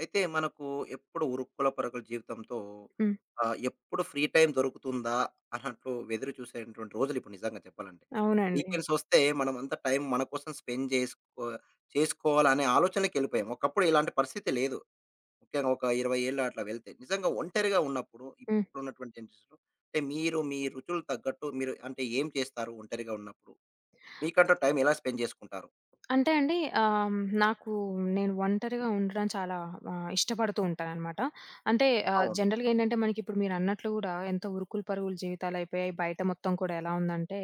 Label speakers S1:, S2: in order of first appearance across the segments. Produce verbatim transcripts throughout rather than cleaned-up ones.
S1: అయితే మనకు ఎప్పుడు ఉరుక్కుల పరుగుల జీవితంతో
S2: హ్మ్.
S1: ఆహ్, ఎప్పుడు ఫ్రీ టైమ్ దొరుకుతుందా అన్నట్లు ఎదురు చూసేటువంటి రోజులు ఇప్పుడు నిజంగా చెప్పాలంటే.
S2: అవునండి.
S1: వీకెండ్స్ వస్తే మనమంతా టైం మన కోసం స్పెండ్ చేసుకో చేసుకోవాలనే ఆలోచనకెళ్ళిపోయాం. ఒకప్పుడు ఇలాంటి పరిస్థితి లేదు. ముఖ్యంగా ఒక ఇరవై ఏళ్ళు అట్లా వెళ్తే. నిజంగా ఒంటరిగా ఉన్నప్పుడు
S2: హ్మ్.
S1: ఇప్పుడున్నటువంటి జనరేషన్‌లో అంటే మీరు మీ రుచులు తగ్గట్టు మీరు అంటే ఏం చేస్తారు ఒంటరిగా ఉన్నప్పుడు? మీకంటూ టైం ఎలా స్పెండ్ చేసుకుంటారు?
S2: అంటే అండి ఆహ్, హ్మ్, నాకు నేను ఒంటరిగా ఉండడం చాలా ఆహ్, ఇష్టపడుతూ ఉంటాననమాట. అంటే ఆహ్,
S1: అవును.
S2: జనరల్‌గా ఏంటంటే మనకిప్పుడు మీరన్నట్లు గూడా ఎంత ఉరుకులు పరుగుల జీవితాలయిపోయాయి. బయట మొత్తం కూడా ఎలా ఉందంటే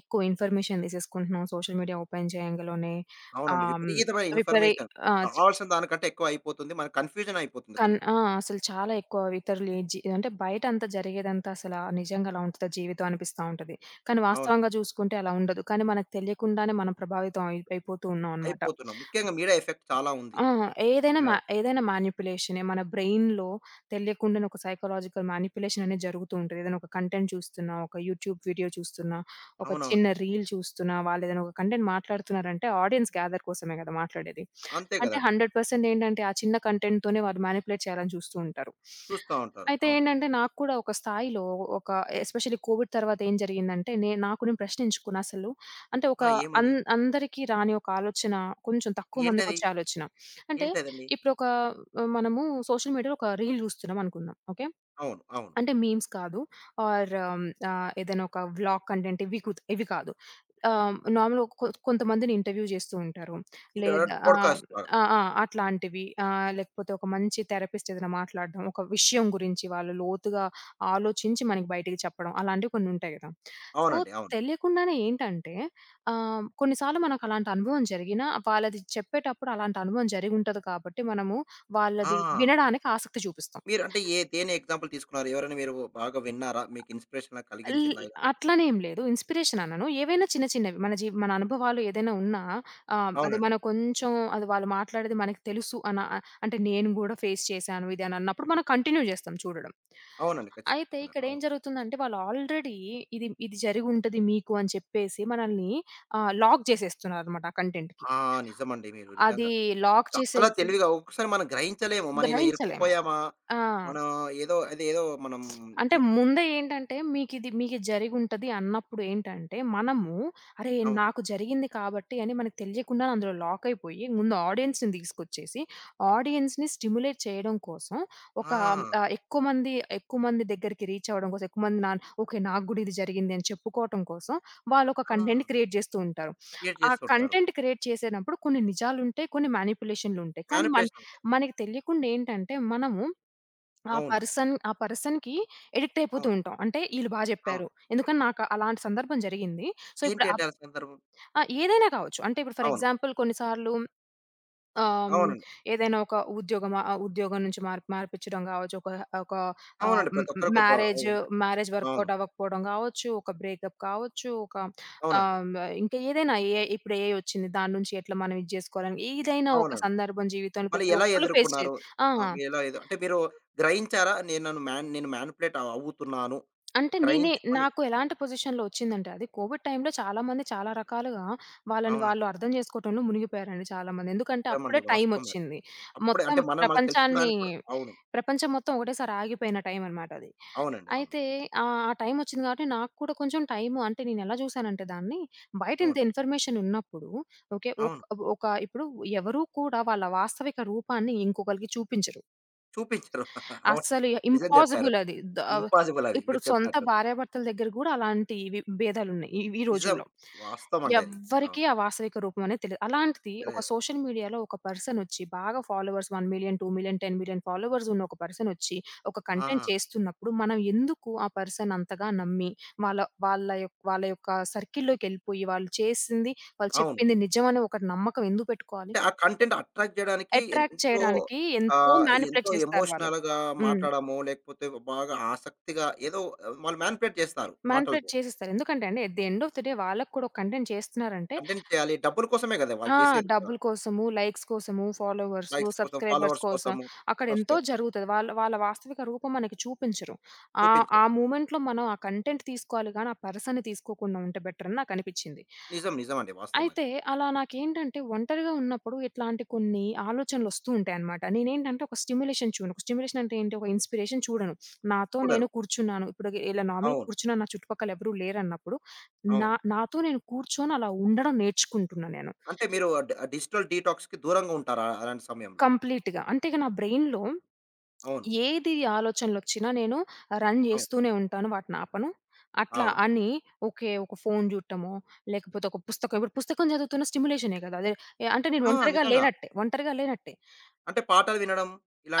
S2: ఎక్కువ ఇన్ఫర్మేషన్ తీసేసుకుంటున్నాం. సోషల్ మీడియా ఓపెన్ చేయంగలోనే
S1: అవునండి.
S2: ఆహ్, హ్మ్,
S1: విపరీతమైన
S2: విపరీ
S1: ఇన్ఫర్మేషన్.
S2: ఆ!
S1: కావాల్సిన దానికంటే ఎక్కువ అయిపోతుంది. మనకు కన్‌ఫ్యూజన్ అయిపోతుంది
S2: కన్
S1: కొన్ని
S2: ఆ!
S1: కొన్ని.
S2: అసలు చాలా ఎక్కువ ఇతరులు జి అంటే బయట అంతా జరిగేదంతా అసల నిజంగా అలా ఉంటదా జీవితం అనిపిస్తా ఉంటది. కానీ
S1: అవును.
S2: వాస్తవంగా చూసుకుంటే అలా ఉండదు. కానీ మనకు తెలియకుండానే మనం ప్రభావితం అయి అయిపోతూ ఉన్నామనమాట.
S1: అయిపోతున్నాం. ముఖ్యంగా మీడియా ఎఫెక్ట్ చాలా ఉంది.
S2: ఆ! ఏదైనా మా
S1: యాహ్!
S2: ఏదైనా మానిప్యులేషనే. మన బ్రెయిన్‌లో తెలియకుండానే ఒక సైకలాజికల్ మానిప్యులేషన్ అనేది జరుగుతూ ఉంటది. ఏదైనా ఒక కంటెంట్ చూస్తున్నా, ఒక యూట్యూబ్ వీడియో చూస్తున్నా, ఒక
S1: అవునవునండి.
S2: చిన్న రీల్ చూస్తున్నా, వాళ్ళేదైనా ఒక కంటెంట్ మాట్లాడుతున్నారంటే ఆడియన్స్ గ్యాదర్ కోసమే కదా మాట్లాడేది.
S1: అంతే
S2: అంటే
S1: గదండీ.
S2: నూరు శాతం ఏంటంటే ఆ చిన్న కంటెంట్‌తోనే వాళ్ళు మానిప్యులేట్ చేయాలని చూస్తూ ఉంటారు.
S1: చూస్తా ఉంటారు.
S2: అయితే
S1: అవును.
S2: ఏంటంటే నాకు కూడా ఒక స్థాయిలో ఒక ఎస్పెషల్లీ కోవిడ్ తర్వాత ఏం జరిగిందంటే, నే నాకు నేను ప్రశ్నించుకున్నా అసలు. అంటే ఒక
S1: ఆ! ఏమని?
S2: అన్ అందరికీ రాని ఒక ఆలోచన, కొంచెం తక్కువ
S1: ఏంటది?
S2: మందికొచ్చే ఆలోచన. అంటే
S1: ఏంటదండి?
S2: ఇప్పుడొక మనము సోషల్ మీడియాలో ఒక రీల్ చూస్తున్నామనుకుందాం. ఓకే.
S1: అవును. అవును.
S2: అంటే మీమ్స్ కాదు. ఆర్ ఆహ్, ఏదైనా ఒక వ్లాగ్ కంటెంట్, ఇవి కుత్ ఇవి కాదు. ఆహ్, నార్మల్‌గా కొ కొంతమందిని ఇంటర్వ్యూ జేస్తూ ఉంటారు.
S1: ఇంటో
S2: లేదా ఆహ్,
S1: పాడ్‌కాస్ట్ ద్వారా.
S2: ఆ! ఆ! అట్లాంటివి. ఆహ్, లేకపోతే ఒక మంచి థెరపిస్ట్ ఏదైనా మాట్లాడడం. ఒక విషయం గురించి వాళ్ళు లోతుగా ఆలోచించి మనకి బయటికి చెప్పడం. అలాంటివి కొన్ని ఉంటాయి గదా! సో,
S1: అవునండి. అవును.
S2: తెలియకుండానే ఏంటంటే ఆహ్, కొన్నిసార్లు మనకు అలాంటి అనుభవం జరిగినా వాళ్ళది చెప్పేటప్పుడు అలాంటి అనుభవం జరిగుంటది కాబట్టి మనము
S1: ఆ!
S2: వాళ్ళది వినడానికి ఆసక్తి చూపిస్తాం.
S1: మీరు అంటే ఏ దేని ఎగ్జాంపుల్ తీసుకున్నారు? ఎవరైనా మీరు బాగా విన్నారా? మీకు ఇన్‌స్పిరేషన్‌లా
S2: ల్
S1: కలిగించిందా ఇలా?
S2: అట్లనేం లేదు. ఇన్‌స్పిరేషన్ అనను. ఏవైనా చిన్న చిన్నవి మన జీ మన అనుభవాలు ఏదైనా ఉన్నా ఆహ్, అది
S1: అవునండి.
S2: మనం కొంచెం అది వాళ్ళు మాట్లాడేది మనకు తెలుసు అన అంటే నేను గూడా ఫేస్ చేశాను ఇది అని అన్నప్పుడు మనం కంటిన్యూ జేస్తాం చూడడం.
S1: అవునండి.
S2: అయితే
S1: ఖచ్చితంగా.
S2: ఇక్కడ ఏం
S1: అవును.
S2: జరుగుతుందంటే వాళ్ళు ఆల్రెడీ ఇది ఇది జరిగుంటది మీకు అని చెప్పేసి మనల్ని ఆహ్, లాక్ జేసేస్తున్నారన్నమాట ఆ కంటెంట్‌కి.
S1: ఆ! నిజమండి మీరు
S2: అది
S1: నిజంగా.
S2: లాక్
S1: చాలా
S2: చేసేసి
S1: తెలివిగా ఒక్కొక్కసారి మనం గ్రహించలేము. మనం ఇలా
S2: గ్రహించలేము.
S1: ఇరుక్కుపోయామా?
S2: ఆ!
S1: మనం ఏదో అదేదో మనం
S2: అంటే
S1: చి
S2: ముందే ఏంటంటే మీకిది మీకు జరిగుంటది అన్నప్పుడు ఏంటంటే, మనము అరే!
S1: అవును.
S2: నాకు జరిగింది కాబట్టి అని మనకు తెలియకుండానే అందులో లాక్ అయిపోయి, ముందు ఆడియన్స్‌ని తీసుకొచ్చేసి, ఆడియన్స్‌ని స్టిమ్యులేట్ చేయడం కోసం, ఒక
S1: ఆ!
S2: ఆహ్, ఎక్కువ మంది ఎక్కువ మంది దగ్గరికి రీచ్ అవ్వడం కోసం, ఎక్కువ మంది నా ఓకే. నాకు గూడా ఇది జరిగింది అని చెప్పుకోవటం కోసం వాళ్ళు ఒక
S1: ఆ!
S2: కంటెంట్ క్రియేట్ చేస్తూ ఉంటారు.
S1: క్రియేట్
S2: ఆ
S1: చేస్తుంటారు.
S2: కంటెంట్ క్రియేట్ చేసేటప్పుడు కొన్ని నిజాలుంటాయి, కొన్ని మ్యానిప్యులేషన్‌లుంటాయి. కానీ మన
S1: మ్యానిపులేషన్ ఉంటాయి.
S2: మనకి తెలియకుండా ఏంటంటే మనము ఆ
S1: అవునండి.
S2: పర్సన్ ఆ పర్సన్‌కి అడిక్ట్ అయిపోతూ
S1: అవును.
S2: ఉంటాం. అంటే ఈళ్ళు బా
S1: అవును.
S2: జెప్పారు. ఎందుకని నాకు అలాంటి సందర్భం జరిగింది. సో, ఇప్పుడు
S1: ఏంటంటే
S2: అప్
S1: ఆ సందర్భం?
S2: ఆ! ఏదైనా కావచ్చు. అంటే ఇప్పుడు ఫర్
S1: అవును.
S2: ఎగ్జాంపుల్ కొన్నిసార్లు ఆహ్, హ్మ్,
S1: అవునండి.
S2: ఏదైనా ఒక ఉద్యోగం, ఆహ్, ఉద్యోగం నుంచి మార్ మార్పిచ్చడం గావచ్చు. ఒక ఒక ఆహ్,
S1: అవునండి.
S2: మ్
S1: ప్రతి ఒక్కరికి ఒక
S2: మ్యారేజ్
S1: ఉంటాయి.
S2: మ్యారేజ్
S1: అవును.
S2: వర్కౌట్ అవ్వకపోవడం గావచ్చు. ఒక బ్రేకప్ కావచ్చు. ఒక
S1: అవునండి.
S2: ఆహ్, ఇంకా ఏదైనా, ఏఐ ఇప్పుడు ఏఐ వచ్చింది. దాని నుంచి ఎట్లా మనం ఇది జేసుకోవాలని ఏదైనా ఒక
S1: అవునండి.
S2: సందర్భం జీవితంలో
S1: మళ్ళీ
S2: ప్రతి
S1: ఎలా
S2: ఒక్కళ్ళు ఫేస్ చే.
S1: ఎదుర్కొన్నారు?
S2: ఆ!
S1: ఆహ్, ఎలా ఎదు అంటే మీరు గ్రహించారా? నేను నన్ను మ్యాన్ నేను మ్యానిపులేట్ అవుతున్నాను.
S2: అంటే నేనే
S1: గ్రహించుకొని
S2: నాకు ఎలాంటి పొజిషన్‌లో ఒచ్చిందంటే అది కోవిడ్ టైమ్‌లో చాలామంది చాలా రకాలుగా వాళ్ళని
S1: అవునండి.
S2: వాళ్ళు అర్థం జేసుకోవటంలో మునిగిపోయారండి చాలామంది. ఎందుకంటే
S1: నిజమండి.
S2: అప్పుడే
S1: వాస్తవం అది.
S2: టైమొచ్చింది.
S1: అప్పుడే
S2: మొత్తం
S1: అంటే మనం మనం
S2: ప్రపంచాన్ని
S1: తెలుసుకోవడానికి కూడా అవును.
S2: ప్రపంచం మొత్తం ఒకటేసారి ఆగిపోయిన టైం అన్నమాట అది.
S1: అవునండి. అవును.
S2: అయితే ఆహ్, ఆ టైమొచ్చింది కాబట్టి నాకు కూడా కొంచెం టైము అంటే నేనెలా జూసానంటే దాన్ని, బయట ఇంత
S1: అవును.
S2: ఇన్ఫర్మేషన్ ఉన్నప్పుడు ఓకే. ఒక్
S1: అవును.
S2: ఒక ఇప్పుడు ఎవరు కూడా వాళ్ళ వాస్తవిక రూపాన్ని ఇంకొకళ్ళకి చూపించరు.
S1: చూపించరు. అవును.
S2: అస్సలు
S1: నిజం జెప్పారు.
S2: ఇంపాసిబుల్ అది. ద ఆహ్,
S1: ఇంపాసిబుల్ అది
S2: ఇప్పుడు
S1: మీరు
S2: సొంత
S1: చెప్పినట్టు.
S2: భార్యాభర్తల దగ్గర గూడా అలాంటి వి భేదాలున్నాయి ఈ ఈ
S1: నిజం.
S2: రోజుల్లో.
S1: వాస్తవం అండి అది.
S2: ఎవ్వరికీ
S1: అవును.
S2: ఆ వాస్తవిక రూపం అనేది తెలీదు. అలాంటిది ఒక
S1: తెలియదు.
S2: సోషల్ మీడియాలో ఒక పర్సన్ వచ్చి బాగా ఫాలోవర్స్ పది లక్షలు, ఇరవై లక్షలు, కోటి ఫాలోవర్స్ ఉన్న ఒక పర్సన్ వచ్చి ఒక కంటెంట్
S1: ఆ!
S2: చేస్తున్నప్పుడు మనం ఎందుకు ఆ పర్సన్ అంతగా నమ్మి వాళ్ళ వాళ్ళ యొక్క వాళ్ళ యొక్క సర్కిల్‌లోకెళ్ళిపోయి వాళ్ళు చేసింది, వాళ్ళు
S1: అవును.
S2: చెప్పింది నిజమని ఒక నమ్మకం ఎందుకు పెట్టుకోవాలి?
S1: అంటే ఆ కంటెంట్ అట్రాక్ట్ జేయడానికి
S2: అట్రాక్ట్
S1: ఎంతో
S2: చేయడానికి ఎంతో
S1: ఆహ్, ఎంతో
S2: మ్యానిప్యులేట్ చేస్తారు వాళ్ళు.
S1: ఎమోషనల్‌గా
S2: హ్మ్.
S1: మాట్లాడడమో, లేకపోతే బాగా ఆసక్తిగా ఏదో ఆ, వాళ్ళు మానిప్యులేట్ చేస్తారు
S2: మానిప్యులేట్
S1: మాటలతో.
S2: చేసేస్తారు. ఎందుకంటే అండి at the end of the day వాళ్ళకి కూడా ఒక కంటెంట్ చేస్తున్నారంటే
S1: కంటెంట్ చేయాలి. డబ్బుల కోసమే గదా! వాళ్ళు
S2: ఆ!
S1: చేసేది కూడా.
S2: డబ్బుల కోసము, లైక్స్ కోసము, ఫాలోవర్సు,
S1: లైక్స్ కోసం,
S2: సబ్‌స్క్రైబర్స్
S1: ఫాలోవర్స్
S2: కోసం
S1: కోసము,
S2: అక్కడ ఎంతో
S1: సబ్‌స్క్రై
S2: జరుగుతది. వాళ్ళ వాళ్ళ వాస్తవిక రూపం మనకి చూపించరు. ఆహ్, ఆ
S1: చూపించరు.
S2: మూమెంట్‌లో మనం ఆ కంటెంట్ తీసుకోవాలి గానీ, ఆ పర్సన్‌ని తీసుకోకుండా ఉంటే బెటర్ అని నాకనిపిచ్చింది.
S1: నిజం. నిజం అండి. వాస్తవం అది.
S2: అయితే అలా నాకేంటంటే ఒంటరిగా ఉన్నప్పుడు ఇట్లాంటి కొన్ని ఆలోచనలొస్తూ ఉంటాయనమాట. నేనేంటంటే ఒక స్టిమ్యులేషన్ చూడను. ఒక స్టిమ్యులేషన్ అంటే ఏంటి? ఒక ఇన్‌స్పిరేషన్ చూడను. నాతో
S1: చూడరు.
S2: నేను కూర్చున్నాను. ఇప్పుడు ఇలా నార్మల్‌గా
S1: అవును.
S2: కూర్చున్నాను. నా చుట్టుపక్కల ఎవరు లేరన్నప్పుడు నా
S1: అవును.
S2: నాతో నేను కూర్చొని అలా ఉండడం నేర్చుకుంటున్నా నేను.
S1: అంటే మీరు డి డిజిటల్ డీటాక్స్‌కి దూరంగా ఉంటారా అలాంటి సమయంలో?
S2: కంప్లీట్‌గా. అంటే ఇక నా బ్రెయిన్‌లో
S1: అవును.
S2: ఏది ఆలోచనలొచ్చినా నేను రన్
S1: అవును.
S2: జేస్తూనే ఉంటాను. వాటినాపను. అట్లా
S1: అవును.
S2: అని ఓకే. ఒక ఫోను జూడటమో, లేకపోతే ఒక పుస్తకం, ఇప్పుడు పుస్తకం చదువుతున్న స్టిమ్యులేషనే గదా! అదే అంటే నేను
S1: ఆ!
S2: ఒంటరిగా
S1: నిజంగా.
S2: లేనట్టే. ఒంటరిగా లేనట్టే.
S1: అంటే పాటలు వినడం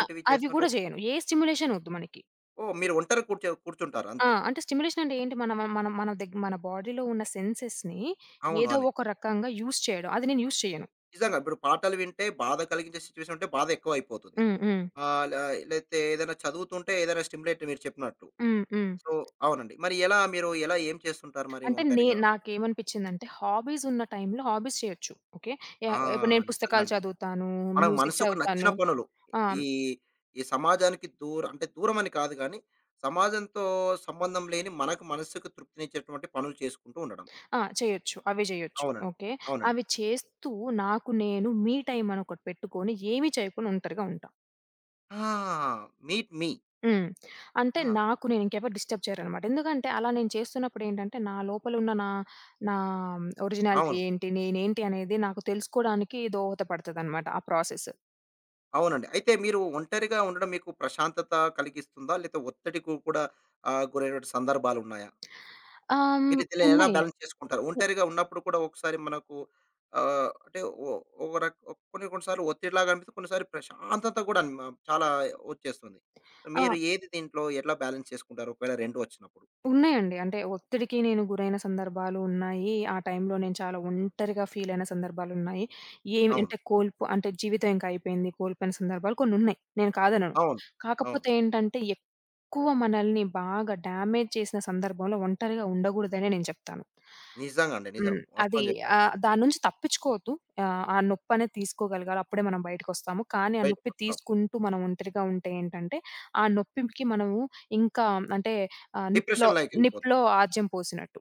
S2: ఆ! అవి గూడా
S1: చేస్తుంటారా?
S2: జేయను. ఏ స్టిమ్యులేషన్ ఒద్దు మనకి.
S1: ఓహ్! మీరు ఒంటరి కూర్చో కూర్చుంటారు
S2: ఆ!
S1: అంతే.
S2: అంటే స్టిమ్యులేషన్ అంటే ఏంటి? మన మన మన దగ్ మన బాడీలో ఉన్న సెన్సెస్‌ని
S1: అవును.
S2: ఏదో
S1: అని.
S2: ఒక రకంగా యూజ్ చేయడం. అది నేను యూజ్ చేయను.
S1: నిజంగా ఇప్పుడు పాటలు వింటే బాధ కలిగించే సిట్యుయేషన్ ఉంటే బాధ ఎక్కువైపోతుంది.
S2: హ్మ్. హ్మ్.
S1: ఆహ్, ల లేతే ఏదైనా చదువుతుంటే ఏదైనా స్టిమ్యులేట్ మీరు చెప్పినట్టు.
S2: హ్మ్. హ్మ్.
S1: సో అవునండి. మరి ఎలా మీరు ఎలా ఏం చేస్తుంటారు మరి
S2: అంటే నే
S1: ఒంటరిగా?
S2: నాకేమనిపించిందంటే హాబీస్ ఉన్న టైంలో హాబీస్ చేయొచ్చు. ఓకే.
S1: ఆ!
S2: యాహ్! ఇప్పుడు నేను
S1: నిజంగా
S2: పుస్తకాలు
S1: అండి.
S2: చదువుతాను,
S1: మనకు
S2: మ్యూజిక్
S1: మనసుకు నచ్చిన
S2: చదువుతాను.
S1: పనులు.
S2: ఆ!
S1: ఈ ఈ సమాజానికి దూర అంటే దూరమని కాదు గానీ, సమాజంతో సంబంధం లేని మనకు మనస్సుకు తృప్తినిచ్చేటువంటి పనులు చేసుకుంటూ ఉండడం.
S2: ఆ! చేయొచ్చు. అవి చేయొచ్చు.
S1: అవునండి.
S2: ఓకే.
S1: అవునండి.
S2: అవి చేస్తూ నాకు నేను మీ టైమ్ అని ఒకటి పెట్టుకొని ఏమి చేయకుండా ఒంటరిగా ఉంటా.
S1: ఆ! Meet me.
S2: హ్మ్. అంటే
S1: ఆ!
S2: నాకు నేను ఇంకెవరు డిస్టర్బ్ చేయరనమాట. ఎందుకంటే అలా నేను చేస్తున్నప్పుడు ఏంటంటే నా లోపల ఉన్న నా, నా ఒరిజినాలిటీ
S1: అవును.
S2: ఏంటి? నేనేంటి? అనేది నాకు తెలుసుకోవడానికి దోహదపడతదనమాట ఆ ప్రాసెస్.
S1: అవునండి. అయితే మీరు ఒంటరిగా ఉండడం మీకు ప్రశాంతత కలిగిస్తుందా? లేతే ఒత్తిడికి కూడా ఆహ్, గురైనటువంటి సందర్భాలున్నాయా?
S2: ఆహ్,
S1: మీరు
S2: హ్మ్.
S1: దీన్ని ఎలా
S2: ఉన్నాయి.
S1: బ్యాలెన్స్ చేసుకుంటారు? ఒంటరిగా ఉన్నప్పుడు కూడా ఒకసారి మనకు ఆహ్, అంటే ఒ ఒక రక కొన్ని కొన్ని సార్లు ఒత్తిడిలాగా అనిపిస్తే, కొన్నిసార్లు ప్రశాంతత కూడా మ చాలా వచ్చేస్తుంది. సో
S2: ఆ!
S1: మీరు ఏది దీంట్లో ఎట్లా బ్యాలెన్స్ చేసుకుంటారు? ఒకవేళ రెండు వచ్చినప్పుడు?
S2: ఉన్నాయండి. అంటే ఒత్తిడికి నేను గురైన సందర్భాలు ఉన్నాయి. ఆ టైంలో నేను చాలా ఒంటరిగా ఫీలయిన సందర్భాలున్నాయి. ఏమి
S1: అవును.
S2: అంటే కోల్పు అంటే జీవితం ఇంక అయిపోయింది. కోల్పోయిన సందర్భాలు కొన్నున్నాయి. నేను కాదనను.
S1: అవును. అవును.
S2: కాకపోతే ఏంటంటే ఎక్కువ మనల్ని బాగా డ్యామేజ్ చేసిన సందర్భంలో ఒంటరిగా ఉండగూడదనే నేను చెప్తాను.
S1: నిజంగా అండి. నిజం.
S2: హ్మ్. అది
S1: వాస్తవం చెప్పారు.
S2: ఆహ్, దాని నుంచి తప్పించుకోవద్దు. ఆహ్, ఆ నొప్పనేది తీసుకోగలగాలి. అప్పుడే మనం బయటకొస్తాము. కానీ ఆ నొప్పి
S1: బయటకొస్తాం.
S2: తీసుకుంటూ మనం ఒంటరిగా ఉంటే ఏంటంటే, ఆ నొప్పికి మనము ఇంకా అంటే ఆహ్, నిప్పులో
S1: డిప్రెషన్ లైకెళ్ళిపోతాం.
S2: నిప్పులో ఆజ్యం పోసినట్టు.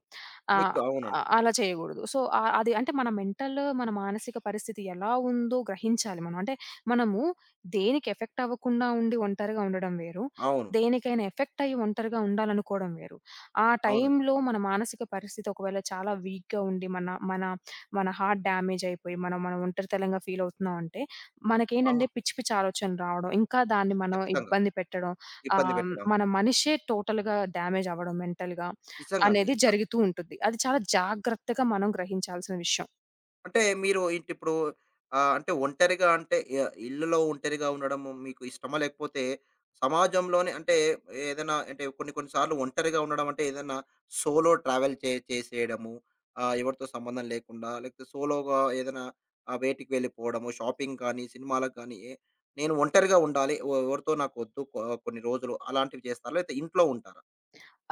S2: ఆహ్,
S1: మీకు అవునండి.
S2: ఆహ్, అలా చేయగూడదు. సో, ఆహ్, అది అంటే మన మెంటల్, మన మానసిక పరిస్థితి ఎలా ఉందో గ్రహించాలి మనం. అంటే మనము దేనికి ఎఫెక్ట్ అవ్వకుండా ఉండి ఒంటరిగా ఉండడం వేరు.
S1: అవును.
S2: దేనికైనా ఎఫెక్ట్ అయ్యి ఒంటరిగా ఉండాలనుకోవడం వేరు. ఆ
S1: అవునండి.
S2: టైంలో మన మానసిక పరిస్థితి ఒకవేళ చాలా వీక్‌గా ఉండి, మన మన మన హార్ట్ డ్యామేజ్ అయిపోయి, మనం మనం ఒంటరితనంగా ఫీల్ అవుతున్నాం అంటే, మనకేంటంటే
S1: అవును.
S2: పిచ్చి పిచ్చి ఆలోచనలు రావడం, ఇంకా దాన్ని మనం
S1: ఖచ్చితంగా.
S2: ఇబ్బంది పెట్టడం,
S1: ఇబ్బంది
S2: ఆహ్,
S1: పెట్టడం.
S2: మన మనిషే టోటల్‌గా డ్యామేజ్ అవ్వడం మెంటల్‌గా
S1: నిజంగా అండి.
S2: అనేది
S1: నిజంగా.
S2: జరుగుతూ ఉంటుంది. అది చాలా జాగ్రత్తగా మనం గ్రహించాల్సిన విషయం.
S1: అంటే మీరు ఏంటిప్పుడు ఆహ్, అంటే ఒంటరిగా అంటే ఇ ఇల్లులో ఒంటరిగా ఉండడము మీకు ఇష్టమా? లేకపోతే సమాజంలోనే అంటే ఏదైనా అంటే కొన్ని కొన్ని సార్లు ఒంటరిగా ఉండడం అంటే ఏదైనా సోలో ట్రావెల్ చే చేసేయడము. ఆహ్, ఎవరితో సంబంధం లేకుండా లేకపోతే సోలోగా ఏదైనా ఆహ్, వేటికి వెళ్ళిపోవడము, షాపింగ్ కానీ, సినిమాలకు కానీ ఏ నేను ఒంటరిగా ఉండాలి. ఎ ఎవరితో నాకొద్దు కొ కొన్ని రోజులు అలాంటివి చేస్తారా? లేకపోతే ఇంట్లో ఉంటారా?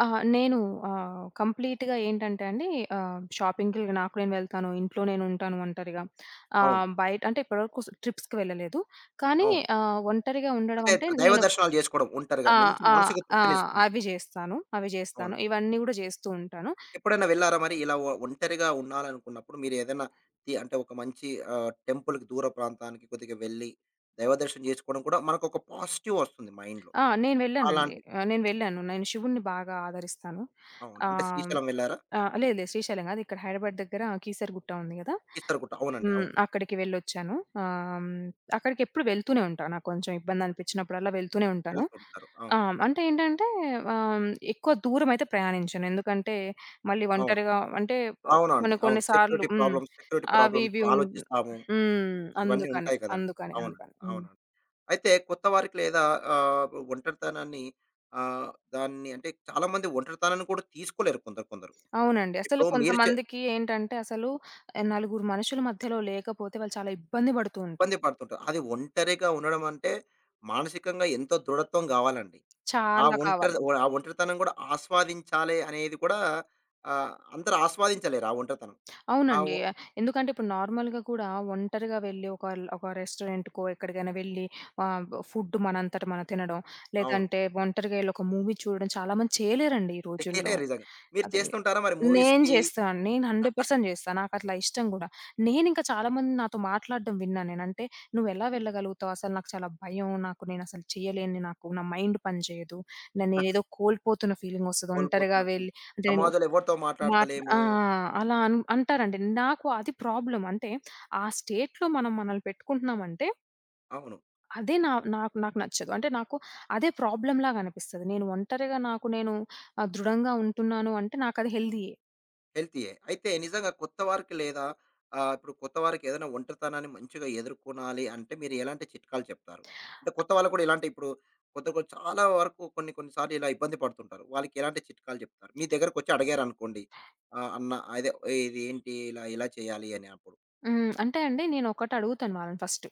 S2: అహా! నేను ఆహ్, కంప్లీట్‌గా ఏంటంటే అండి, ఆహ్, షాపింగ్‌కి నాకు నేను వెళ్తాను. ఇంట్లో నేనుంటాను ఒంటరిగా.
S1: అవును.
S2: ఆహ్, బయట అంటే ఇప్పటివరకు స్ ట్రిప్స్‌కి వెళ్ళలేదు. కానీ
S1: అవును.
S2: ఆహ్, ఒంటరిగా ఉండడం
S1: అంటే
S2: అంటే
S1: దైవ
S2: నేను.
S1: దర్శనాలు చేసుకోవడం ఒంటరిగా
S2: ఆ!
S1: మంచి
S2: ఆ!
S1: మానసిక
S2: ఆ!
S1: తృప్తినిస్తుంది.
S2: అవి జేస్తాను. అవి జేస్తాను.
S1: అవునండి.
S2: ఇవన్నీ గూడా జేస్తూ ఉంటాను.
S1: ఎప్పుడైనా వెళ్లారా మరి? ఇలా ఒ ఒంటరిగా ఉండాలనుకున్నప్పుడు మీరు ఏదైనా తి అంటే ఒక మంచి ఆహ్, టెంపుల్‌కి దూర ప్రాంతానికి కొద్దిగా వెళ్లి, దైవ దర్శనం చేసుకోవడం కూడా మనకొక పాజిటివ్ వస్తుంది మైండ్‌లో.
S2: ఆ! నేను వెళ్ళానండి.
S1: అలాంటి
S2: ఆహ్, నేను వెళ్ళాను. నేను శివుడిని బాగా ఆదరిస్తాను.
S1: అవును. అంటే
S2: ఆహ్,
S1: శ్రీశైలం వెళ్లారా?
S2: ఆ! లేదు లేదు, శ్రీశైలం గాదు. ఇక్కడ హైదరాబాద్ దగ్గర కీసరగుట్ట ఉంది గదా!
S1: కీసరగుట్ట అవునండి.
S2: హ్మ్.
S1: అవును.
S2: అక్కడికి వెళ్ళొచ్చాను. ఆహ్, హ్మ్, అక్కడికెప్పుడు వెళ్తూనే ఉంటా. నాకు కొంచెం ఇబ్బందనిపించినప్పుడల్లా వెళ్తూనే ఉంటాను.
S1: వెళ్తుంటారు.
S2: ఆ!
S1: అవును.
S2: అంటే ఏంటంటే ఆహ్, ఎక్కువ దూరమైతే ప్రయాణించను. ఎందుకంటే మళ్ళీ
S1: అవును.
S2: ఒంటరిగా అంటే
S1: అవునండి.
S2: కొన్ని
S1: అవును.
S2: కొన్ని సార్లు.
S1: సెక్యూరిటీ
S2: హ్మ్.
S1: ప్రాబ్లమ్స్, సెక్యూరిటీ
S2: అవి
S1: ప్రాబ్లమ్స్
S2: ఇవి ఉన్
S1: ఆలోచిస్తాము.
S2: హ్మ్.
S1: ఇవన్నీ
S2: అందుకని.
S1: ఉంటాయి కదండీ!
S2: అందుకని.
S1: అవునండి.
S2: అందుకని. హ్మ్.
S1: అవునండి. అయితే కొత్త వారికి లేదా ఆహ్, ఒంటరితనాన్ని ఆహ్, దాన్ని అంటే చాలామంది ఒంటరితనాన్ని కూడా తీసుకోలేరు కొందరు కొందరు.
S2: అవునండి. అసలు
S1: ఇప్పుడు మీరు చె
S2: కొంతమందికి ఏంటంటే అసలు ఆహ్, నలుగురు మనుషుల మధ్యలో లేకపోతే వాళ్ళు చాలా ఇబ్బంది పడుతూ ఉంటారు.
S1: ఇబ్బంది పడుతుంటారు. అది ఒంటరిగా ఉండడం అంటే, మానసికంగా ఎంతో దృఢత్వం గావాలండి. ఆ
S2: చాలా
S1: ఒంటరి
S2: కావాలి.
S1: ఆ ఒంటరితనం గూడా ఆస్వాదించాలి అనేది కూడా ఆహ్, అందరూ ఆస్వాదించలేరు ఆ ఒంటరితనం. ఆ ఒ
S2: అవునండి. ఎందుకంటే ఇప్పుడు నార్మల్‌గా కూడా ఒంటరిగా వెళ్లి ఒక ఒక రెస్టారెంట్‌కో ఎక్కడికైనా వెళ్లి ఆహ్, ఫుడ్ మనంతట మనం తినడం,
S1: అవును.
S2: లేదంటే ఒంటరిగా ఎళ్లి ఒక మూవీ చూడడం చాలా మంది చేయలేరండి ఈ రోజుల్లో.
S1: నిజంగా. మీరు
S2: అది
S1: చేస్తుంటారా మరి
S2: నేను
S1: మూవీస్‌కి?
S2: చేస్తాను. నేను నూరు శాతం చేస్తా. నాకట్లా ఇష్టం గూడా. నేనింకా చాలా మంది నాతో మాట్లాడడం విన్నా నేను. అంటే "నువ్వెలా వెళ్ళగలుగుతావు? అసలు నాకు చాలా భయం. నాకు నేనసలు చేయలేను. నాకు నా మైండ్ పని చేయదు. న నేనేదో కోల్పోతున్న ఫీలింగొస్తది ఒంటరిగా
S1: కోల్పోతున్న ఫీల్?
S2: వెళ్ళి." అంటే
S1: సమాజంలో ఎవరితో
S2: మాట్లా
S1: మాట్లాడతలేము.
S2: ఆ! అలా అన్ అంటారండి. నాకు అది ప్రాబ్లమ్. అంటే ఆ స్టేట్‌లో మనం మనల్ని పెట్టుకుంటున్నామంటే
S1: అవును.
S2: అదే నా నాకు నాకు నచ్చదు. అంటే నాకు అదే ప్రాబ్లమ్‌లాగా అనిపిస్తది. నేను ఒంటరిగా నాకు నేను ఆహ్, దృఢంగా ఉంటున్నాను అంటే నాకది హెల్తీయే.
S1: హెల్తీయే. అయితే నిజంగా కొత్త వారికి లేదా ఆహ్, ఇప్పుడు కొత్త వారికి ఏదైనా ఒంటరితనాన్ని మంచిగా ఎదుర్కొనాలి అంటే మీరు ఎలాంటి చిట్కాలు చెప్తారు? అంటే కొత్త వాళ్ళు కూడా ఇలాంటి ఇప్పుడు కొత్త కొ చాలా వరకు కొన్ని కొన్ని సార్లు ఇలా ఇబ్బంది పడుతుంటారు. వాళ్ళకి ఎలాంటి చిట్కాలు చెప్తారు? మీ దగ్గరకొచ్చి అడిగారనుకోండి. ఆహ్, అన్న అదే ఇది ఏంటి ఇలా ఇలా చేయాలి అని అప్పుడు.
S2: హ్మ్. అంటే అండి నేనొకటి అడుగుతాను వాళ్ళని ఫస్ట్.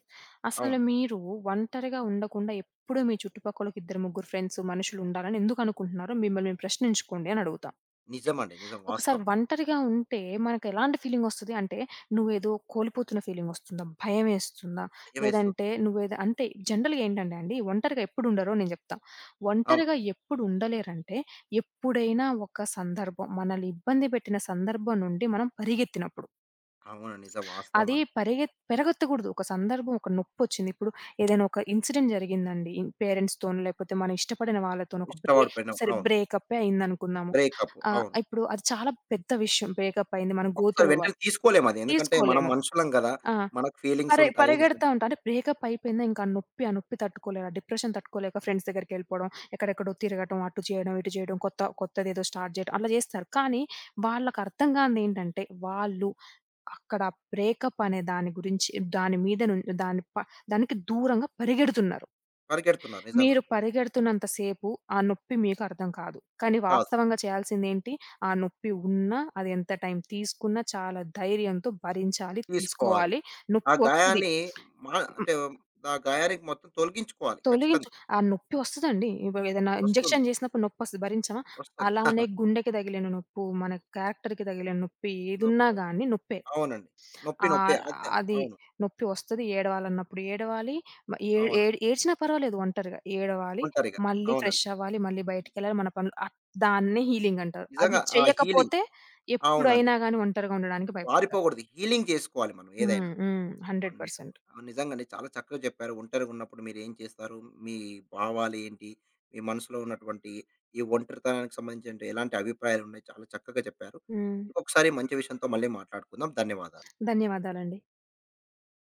S2: అసలు
S1: అవును.
S2: మీరు ఒంటరిగా ఉండకుండా ఎప్పుడూ మీ చుట్టుపక్కల ఒక ఇద్దరు ముగ్గురు ఫ్రెండ్స్ మనుషులుండాలని ఎందుకనుకుంటున్నారో మిమ్మల్ని మీరు ప్రశ్నించుకోండి అని అడుగుతా.
S1: నిజమండి. నిజం
S2: ఒకసారి
S1: వాస్తవం.
S2: ఒంటరిగా ఉంటే మనకెలాంటి ఫీలింగొస్తది అంటే, నువ్వేదో కోల్పోతున్న ఫీలింగొస్తుందా? భయమేస్తుందా?
S1: భయమేస్తూ
S2: లేదంటే నువ్వేదో అంటే జనరల్‌గా ఏంటంటే అండి, ఒంటరిగా ఎప్పుడుండరో నేను జెప్తా.
S1: అవును.
S2: ఒంటరిగా ఎప్పుడు ఉండలేరంటే, ఎప్పుడైనా ఒక సందర్భం మనల్ని ఇబ్బంది పెట్టిన సందర్భం నుండి మనం పరిగెత్తినప్పుడు.
S1: అవును. నిజం వాస్తవం
S2: అది
S1: అండి.
S2: పరిగెత్ పెరగెత్తకూడదు. ఒక సందర్భం, ఒక నొప్పొచ్చింది. ఇప్పుడు ఏదైనా ఒక ఇన్సిడెంట్ జరిగిందండి. పేరెంట్స్‌తోనో, లేకపోతే మనం ఇష్టపడిన వాళ్ళతోనో ఒక బ్రే
S1: ఇష్టపడిపోయినాం.
S2: సరే
S1: అవును.
S2: బ్రేకప్పే అయిందనుకుందాము.
S1: బ్రేకప్
S2: ఆహ్,
S1: అవును.
S2: ఇప్పుడు అది చాలా పెద్ద విషయం. బ్రేకప్ అయింది. మనం గో
S1: ఒకసారి
S2: త్రూ
S1: వెంటనే
S2: అవ్వాలి.
S1: తీసుకోలేమది. ఎందుకంటే మనం
S2: తీసుకోలేము.
S1: మనుషులం గదా!
S2: ఆ!
S1: మనకు ఫీలింగ్స్
S2: పరే
S1: ఉంటాయి.
S2: పరిగెడతా
S1: నిజంగా.
S2: ఉంటా. అంటే బ్రేకప్ అయిపోయిందా, ఇంకా ఆ నొప్పి, ఆ నొప్పి తట్టుకోలేరు. ఆ డిప్రెషన్ తట్టుకోలేక ఫ్రెండ్స్ దగ్గరికెళ్ళిపోవడం, ఎక్కడెక్కడో తిరగటం, అటు చేయడం, ఇటు చేయడం, కొత్త కొత్తదేదో స్టార్ట్ చేయడం అట్లా చేస్తారు. కానీ వాళ్ళకర్థం కానిదేంటంటే వాళ్ళు అక్కడ బ్రేకప్ అనే దాని గురించి దాని మీద నుం దాని ప దానికి దూరంగా పరిగెడుతున్నారు.
S1: పరిగెడుతున్నారు నిజంగా.
S2: మీరు పరిగెడుతున్నంత సేపు ఆ నొప్పి మీకు అర్థం కాదు. కానీ
S1: కాదు.
S2: వాస్తవంగా చేయాల్సిందేంటి? ఆ నొప్పి ఉన్నా, అది ఎంత టైం తీసుకున్నా చాలా ధైర్యంతో భరించాలి,
S1: తీసుకోవాలి.
S2: తీసుకోవాలి.
S1: ఆ
S2: నొప్పి వస్తది.
S1: గాయాన్ని మా
S2: హ్మ్.
S1: అంటే ఆ గాయానికి మొత్తం తొలగించుకోవాలి
S2: తొలగించు
S1: ఖచ్చితంగా.
S2: ఆ నొప్పి వస్తదండి. ఇప్పుడు ఏదైనా
S1: వస్తుంది.
S2: ఇంజెక్షన్ చేసినప్పుడు నొప్పొస్తది భరించమా?
S1: వస్తుంది.
S2: అలానే గుండెకి తగిలిన నొప్పు, మన క్యారెక్టర్‌కి తగిలిన నొప్పి ఏదున్నా
S1: నొప్పి.
S2: గాని నొప్పే.
S1: అవునండి. నొప్పి
S2: ఆ!
S1: నొప్పే. అచ్చ
S2: అది
S1: అవును.
S2: నొప్పి వస్తది. ఏడవాలన్నప్పుడు ఏడవాలి. మ ఏ
S1: అవును.
S2: ఏడ్ ఏడ్చినా పర్వాలేదు ఒంటరిగా. ఏడవాలి.
S1: ఒంటరిగా.
S2: మళ్ళీ ఫ్రెష్
S1: అవునండి.
S2: అవ్వాలి. మళ్ళీ బయటికెళ్ళాలి. మన పనులు అ దాన్నే హీలింగ్ అంటారు. అది
S1: నిజంగా ఆ హీలింగ్.
S2: చెయ్యకపోతే
S1: అవునండి.
S2: ఎప్పుడైనా గాని ఒంటరిగా ఉండడానికి భయప.
S1: పారిపోకూడదు. హీలింగ్ చేసుకోవాలి మనం ఏదైనా.
S2: హ్మ్. హ్మ్.
S1: అవును. నిజం.
S2: నూరు శాతం.
S1: అవును. నిజంగానే చాలా చక్కగా చెప్పారు. ఒంటరిగా ఉన్నప్పుడు మీరేం చేస్తారు? మీ భావాలేంటి? మీ మనసులో ఉన్నటువంటి ఈ ఒంటరితనానికి సంబంధించిన ఎలాంటి అభిప్రాయాలున్నాయి? చాలా చక్కగా చెప్పారు.
S2: హ్మ్.
S1: ఇంకొకసారి మంచి విషయంతో మళ్ళీ మాట్లాడుకుందాం. ధన్యవాదాలు.
S2: ధన్యవాదాలండి.